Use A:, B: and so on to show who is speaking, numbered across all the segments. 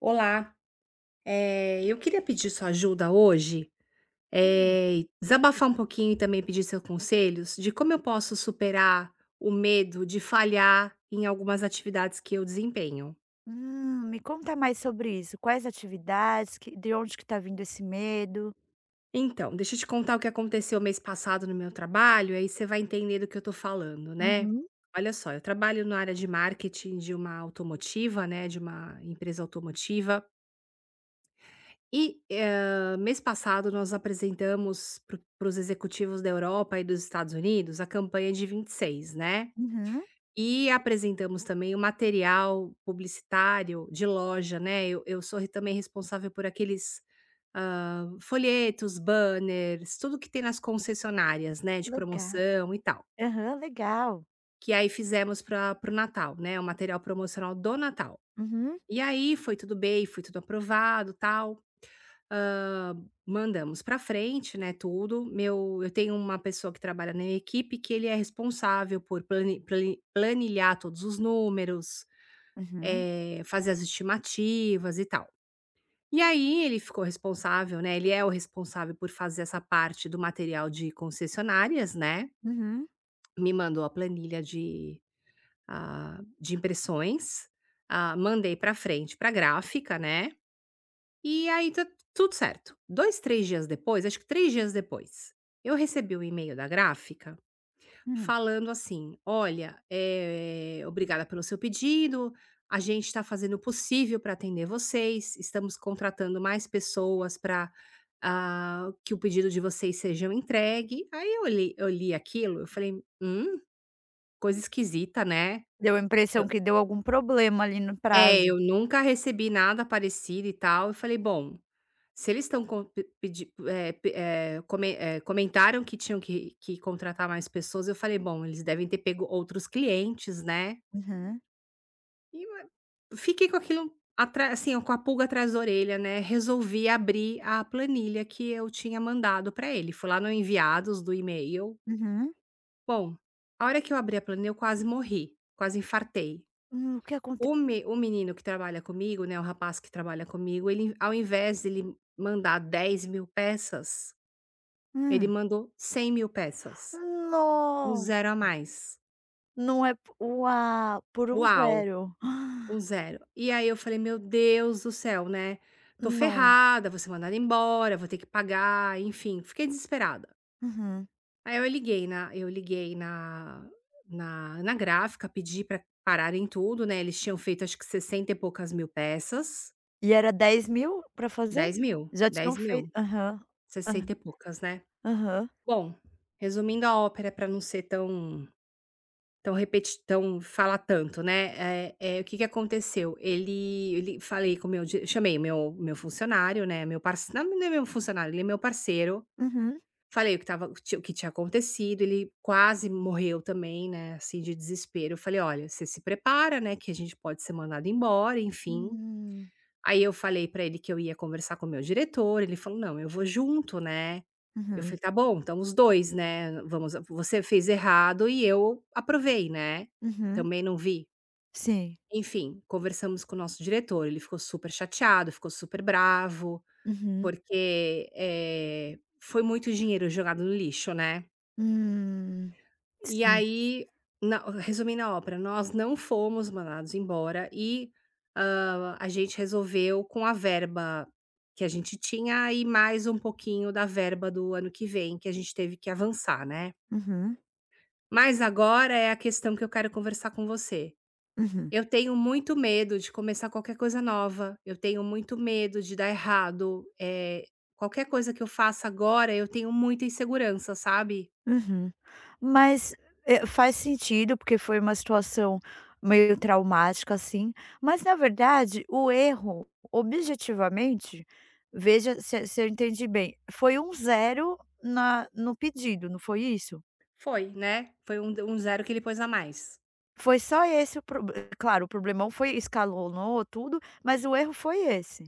A: Olá, eu queria pedir sua ajuda hoje,
B: Hum.
A: desabafar um pouquinho e também pedir seus conselhos de como eu posso superar o medo de falhar em algumas atividades que eu desempenho.
B: Me conta mais sobre isso. Quais atividades, que de onde que tá vindo esse medo?
A: Então, deixa eu te contar o que aconteceu mês passado no meu trabalho, aí você vai entender do que eu tô falando, né.
B: Uhum.
A: Olha só, eu trabalho na área de marketing de uma automotiva, né, de uma empresa automotiva. E, mês passado nós apresentamos para os executivos da Europa e dos Estados Unidos a campanha de 26, né.
B: Uhum.
A: E apresentamos também o material publicitário de loja, né. Eu sou re também responsável por aqueles, folhetos, banners, tudo que tem nas concessionárias, né, de
B: Legal.
A: promoção e tal.
B: Aham, legal.
A: Que aí fizemos para o Natal, né, o material promocional do Natal.
B: Uhum,
A: E aí foi tudo bem, foi tudo aprovado, tal. Hã, mandamos para frente, né, tudo. Meu Eu tenho uma pessoa que trabalha na minha equipe que ele é responsável por planilhar todos os números,
B: uhum,
A: fazer as estimativas e tal. E aí ele ficou responsável, né, ele é o responsável por fazer essa parte do material de concessionárias, né,
B: uhum,
A: me mandou a planilha de, de impressões, mandei para frente pra gráfica, né. E aí tá tudo certo. Dois Três dias depois, acho que 3 dias depois, eu recebi um e-mail da gráfica
B: hum.
A: falando assim: "Olha, obrigada pelo seu pedido, a gente está fazendo o possível para atender vocês, estamos contratando mais pessoas para que o pedido de vocês sejam entregue". Aí eu li aquilo, eu falei: "Hum, coisa esquisita, né?".
B: Deu a impressão que deu algum problema ali no
A: É,
B: prazo.
A: eu nunca recebi nada parecido e tal, eu falei: "Bom, se eles estão com pe pedi eh pe eh, come eh, comentaram que tinham que contratar mais pessoas", eu falei: "Bom, eles devem ter pego outros clientes, né".
B: Uhum,
A: E eu fiquei com aquilo atra assim, ó, com a pulga atrás da orelha, né, resolvi abrir a planilha que eu tinha mandado para ele, fui lá no enviados do e-mail.
B: uhum.
A: Bom, a hora que eu abri a planilha eu quase morri, quase infartei.
B: O que aconteceu?
A: O menino que trabalha comigo, né, o rapaz que trabalha comigo, ele ao invés de ele mandar 10 mil peças, ele
B: Hum.
A: mandou 100 mil peças, um
B: No
A: zero a mais.
B: não é po Uau, por
A: Uau,
B: 1,0.
A: um zero. E aí eu falei: "Meu Deus do céu, né, tô
B: No
A: ferrada, vou ser mandada embora, vou ter que pagar", enfim, fiquei desesperada.
B: uhum.
A: Aí eu liguei na gráfica, pedi pra pararem tudo, né, eles tinham feito acho que 60 e poucas mil peças,
B: E era 10 mil para fazer?
A: 10 mil,
B: Já tinham
A: 10 mil.
B: feito. Aham. ah,
A: Sessenta e poucas, né.
B: aham.
A: Bom, resumindo a ópera para não ser tão tão repeti tão falar tanto, né. O que que aconteceu, ele ele falei com o meu di chamei o meu funcionário, né, meu parce não é meu funcionário, ele é meu parceiro,
B: Uhum.
A: falei o que estava o que ti o que tinha acontecido, ele quase morreu também, né, assim, de desespero. Falei: "Olha, você se prepara, né, que a gente pode ser mandado embora, enfim".
B: Hum.
A: Aí eu falei pra ele que eu ia conversar com o meu diretor, ele falou: "Não, eu vou junto, né". Eu
B: Uhum,
A: falei: "Tá bom, então os 2, né, vamos você fez errado e eu aprovei, né,
B: uhum.
A: também não vi".
B: Sim.
A: Enfim, conversamos com o nosso diretor, ele ficou super chateado, ficou super bravo,
B: Uhum.
A: porque, foi muito dinheiro jogado no lixo, né.
B: Hum.
A: E
B: Sim.
A: aí, na resumindo a ópera, nós não fomos mandados embora e, a gente resolveu com a verba que a gente tinha e mais um pouquinho da verba do ano que vem, que a gente teve que avançar, né.
B: Uhum,
A: Mas agora é a questão que eu quero conversar com você.
B: uhum,
A: Eu tenho muito medo de começar qualquer coisa nova, eu tenho muito medo de dar errado, qualquer coisa que eu faça agora eu tenho muita insegurança, sabe.
B: uhum. Mas, faz sentido, porque foi uma situação meio traumática, assim, mas na verdade o erro, objetivamente, veja se eu entendi bem, foi um zero na no pedido, não foi isso?
A: Foi, né, foi um d um 0 que ele pôs a mais.
B: Foi só esse o proble claro, o problemão foi escalonou tudo, mas o erro foi esse?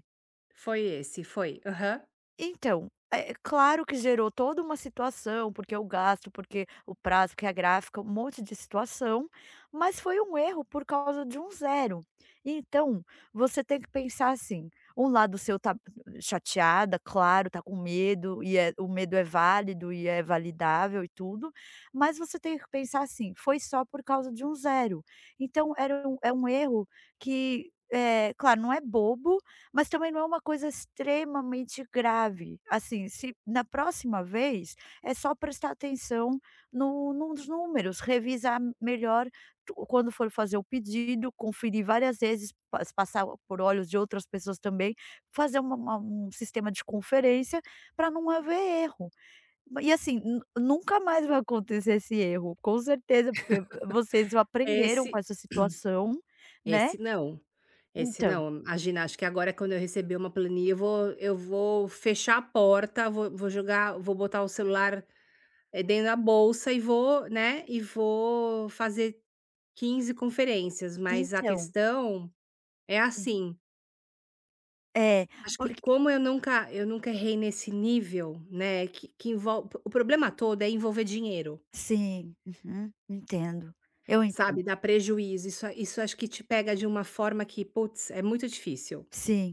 A: Foi esse, foi. Aham.
B: Então, é claro que gerou toda uma situação, porque o gasto, porque o prazo, porque a gráfica, um monte de situação, mas foi um erro por causa de um zero. Então, você tem que pensar assim: um lado seu tá chateada, claro, tá com medo, e é, o medo é válido e é validável e tudo, mas você tem que pensar assim: foi só por causa de um zero. Então, é um erro que. É, claro, não é bobo, mas também não é uma coisa extremamente grave, assim, se na próxima vez, é só prestar atenção no nos números, revisar melhor tu quando for fazer o pedido, conferir várias vezes, passar por olhos de outras pessoas também, fazer uma um sistema de conferência para não haver erro. E assim, nu nunca mais vai acontecer esse erro, com certeza, porque vocês aprenderam com
A: Esse
B: essa situação, né.
A: esse não, esse
B: Então
A: não. A ginástica agora quando eu receber uma planilha eu vou fechar a porta, vou botar o celular, dentro da bolsa e vou, né, e vou fazer 15 conferências, mas a
B: então.
A: questão é
B: É.
A: assim,
B: É,
A: acho que
B: porque
A: como eu nunca errei nesse nível, né, que envolve? O problema todo é envolver dinheiro.
B: sim, uhum, entendo, eu
A: Sabe,
B: entendo.
A: dá prejuízo, isso acho que te pega de uma forma que, putz, é muito difícil.
B: Sim,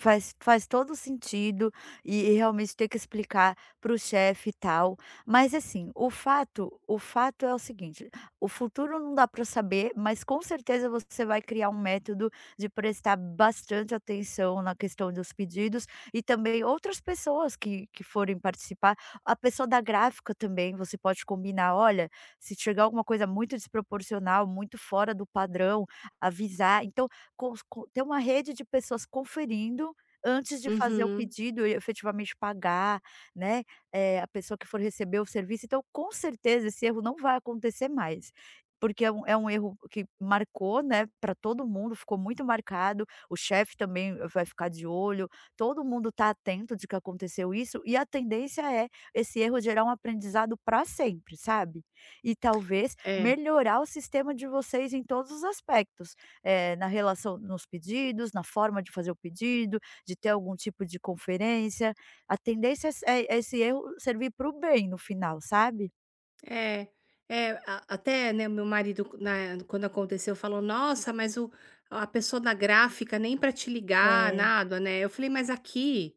B: faz todo sentido e realmente ter que explicar para o chefe e tal. Mas assim, o fato é o seguinte, o futuro não dá para saber, mas com certeza você vai criar um método de prestar bastante atenção na questão dos pedidos e também outras pessoas que forem participar. A pessoa da gráfica também, você pode combinar: "Olha, se chegar alguma coisa muito desproporcional, muito fora do padrão, avisar". Então, cons co ter uma rede de pessoas conferindo antes de fazer o
A: Uhum.
B: pedido e efetivamente pagar, né, a pessoa que for receber o serviço. Então, com certeza, esse erro não vai acontecer mais, porque é um erro que marcou, né, pra todo mundo, ficou muito marcado, o chefe também vai ficar de olho, todo mundo tá atento de que aconteceu isso, e a tendência é esse erro gerar um aprendizado pra sempre, sabe. E talvez
A: É,
B: melhorar o sistema de vocês em todos os aspectos na relação nos pedidos, na forma de fazer o pedido, de ter algum tipo de conferência. A tendência é s é é esse erro servir para o bem no final, sabe?
A: é, é, a até, né, meu marido na quando aconteceu falou: "Nossa, mas o a pessoa da gráfica nem para te ligar,
B: É.
A: nada, né". Eu falei: "Mas aqui,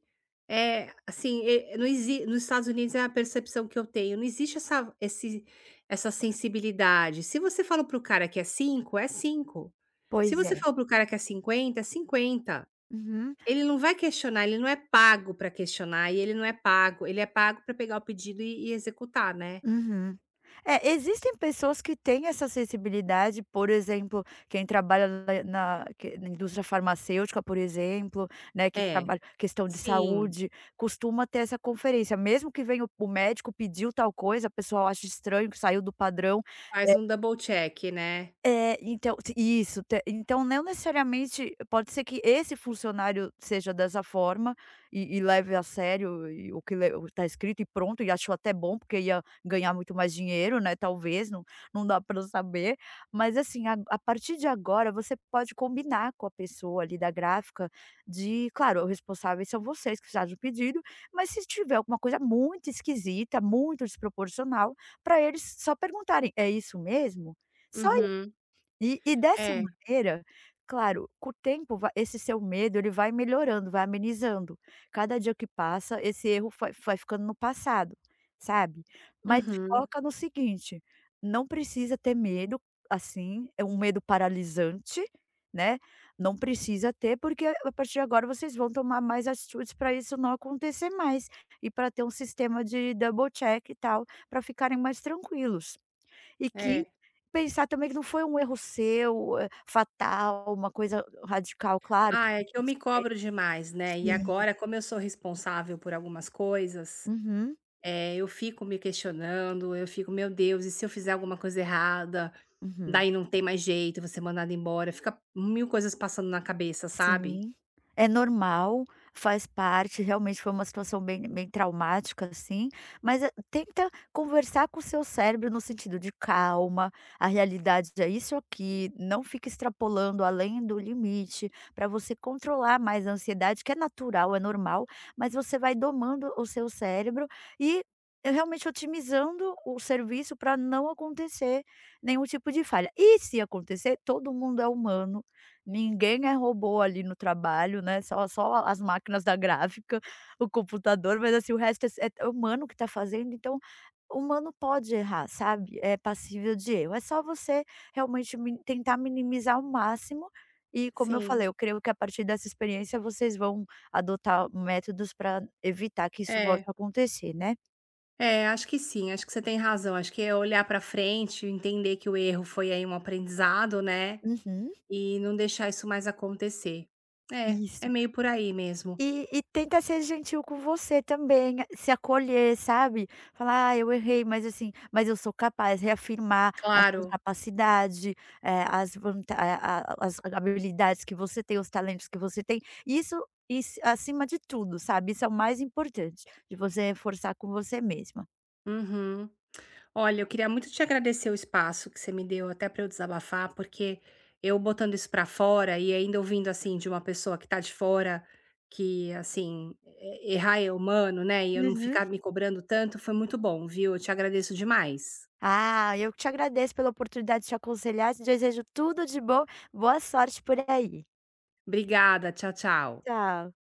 A: é assim, e não exi nos Estados Unidos é a percepção que eu tenho, não existe essa sensibilidade. Se você fala pro cara que é 5 é 5. Se
B: Pois
A: você
B: é.
A: fala pro cara que é 50 é 50".
B: Uhum,
A: Ele não vai questionar, ele não é pago para questionar e ele não é pago ele é pago para pegar o pedido e executar, né.
B: uhum. É, existem pessoas que têm essa sensibilidade, por exemplo, quem trabalha na indústria farmacêutica, por exemplo, né, que
A: É,
B: trabalha questão de
A: sim,
B: saúde, costuma ter essa conferência, mesmo que venha o médico pediu tal coisa, a pessoa acha estranho, que saiu do padrão.
A: faz um double check, né.
B: É, então t isso, te então não necessariamente pode ser que esse funcionário seja dessa forma e leve a sério e o que está escrito e pronto, e achou até bom, porque ia ganhar muito mais dinheiro, né, talvez, não dá para saber. Mas assim, a partir de agora você pode combinar com a pessoa ali da gráfica de claro, os responsáveis são vocês que fizeram o pedido, mas se tiver alguma coisa muito esquisita, muito desproporcional, para eles só perguntarem: "É isso mesmo?" Só
A: Uhum.
B: e dessa
A: É,
B: maneira, claro, com o tempo va esse seu medo ele vai melhorando, vai amenizando. Cada dia que passa, esse erro vai ficando no passado, sabe. Mas
A: uhum,
B: foca no seguinte, não precisa ter medo, assim, é um medo paralisante, né, não precisa ter, porque a partir de agora vocês vão tomar mais atitudes para isso não acontecer mais, e para ter um sistema de double check e tal, para ficarem mais tranquilos. E que
A: é.
B: pensar também que não foi um erro seu, fatal, uma coisa radical, claro que
A: Ah, é
B: tem
A: que eu me
B: consequência.
A: cobro demais, né, e
B: Sim.
A: agora como eu sou responsável por algumas coisas,
B: Uhum,
A: eu fico me questionando, eu fico: "Meu Deus, e se eu fizer alguma coisa errada?",
B: uhum.
A: daí não tem mais jeito, vou ser mandado embora, fica mil coisas passando na cabeça, sabe.
B: Sim, é normal, faz parte, realmente foi uma situação bem bem traumática, assim, mas, tenta conversar com o seu cérebro no sentido de calma, a realidade é isso aqui, não fica extrapolando além do limite, para você controlar mais a ansiedade, que é natural, é normal, mas você vai domando o seu cérebro e realmente otimizando o serviço para não acontecer nenhum tipo de falha. E se acontecer, todo mundo é humano. Ninguém é robô ali no trabalho, né, só as máquinas da gráfica, o computador, mas assim, o resto é humano que tá fazendo, então, o humano pode errar, sabe, é passível de erro. É só você realmente min tentar minimizar ao máximo e, como eu
A: Sim,
B: falei, eu creio que a partir dessa experiência vocês vão adotar métodos para evitar que isso volte
A: é.
B: a acontecer, né.
A: É, acho que sim, acho que você tem razão. Acho que é olhar pra frente, entender que o erro foi aí um aprendizado, né,
B: Uhum.
A: e não deixar isso mais acontecer. É, é
B: Isso.
A: meio por aí mesmo.
B: E tenta ser gentil com você também, se acolher, sabe? Falar: "Ah, eu errei, mas assim, mas eu sou capaz", reafirmar a sua
A: Claro.
B: capacidade, eh, as vanta a as habilidades que você tem, os talentos que você tem. Isso isso acima de tudo, sabe? Isso é o mais importante, de você reforçar com você mesma.
A: Uhum. Olha, eu queria muito te agradecer o espaço que você me deu até para eu desabafar, porque eu botando isso para fora e ainda ouvindo, assim, de uma pessoa que tá de fora, que, assim, e errar é humano, né, e eu não
B: Uhum.
A: ficar me cobrando tanto, foi muito bom, viu? Eu te agradeço demais.
B: Ah, eu te agradeço pela oportunidade de te aconselhar, te desejo tudo de bom, boa sorte por aí.
A: Obrigada, tchau, tchau.
B: Tchau.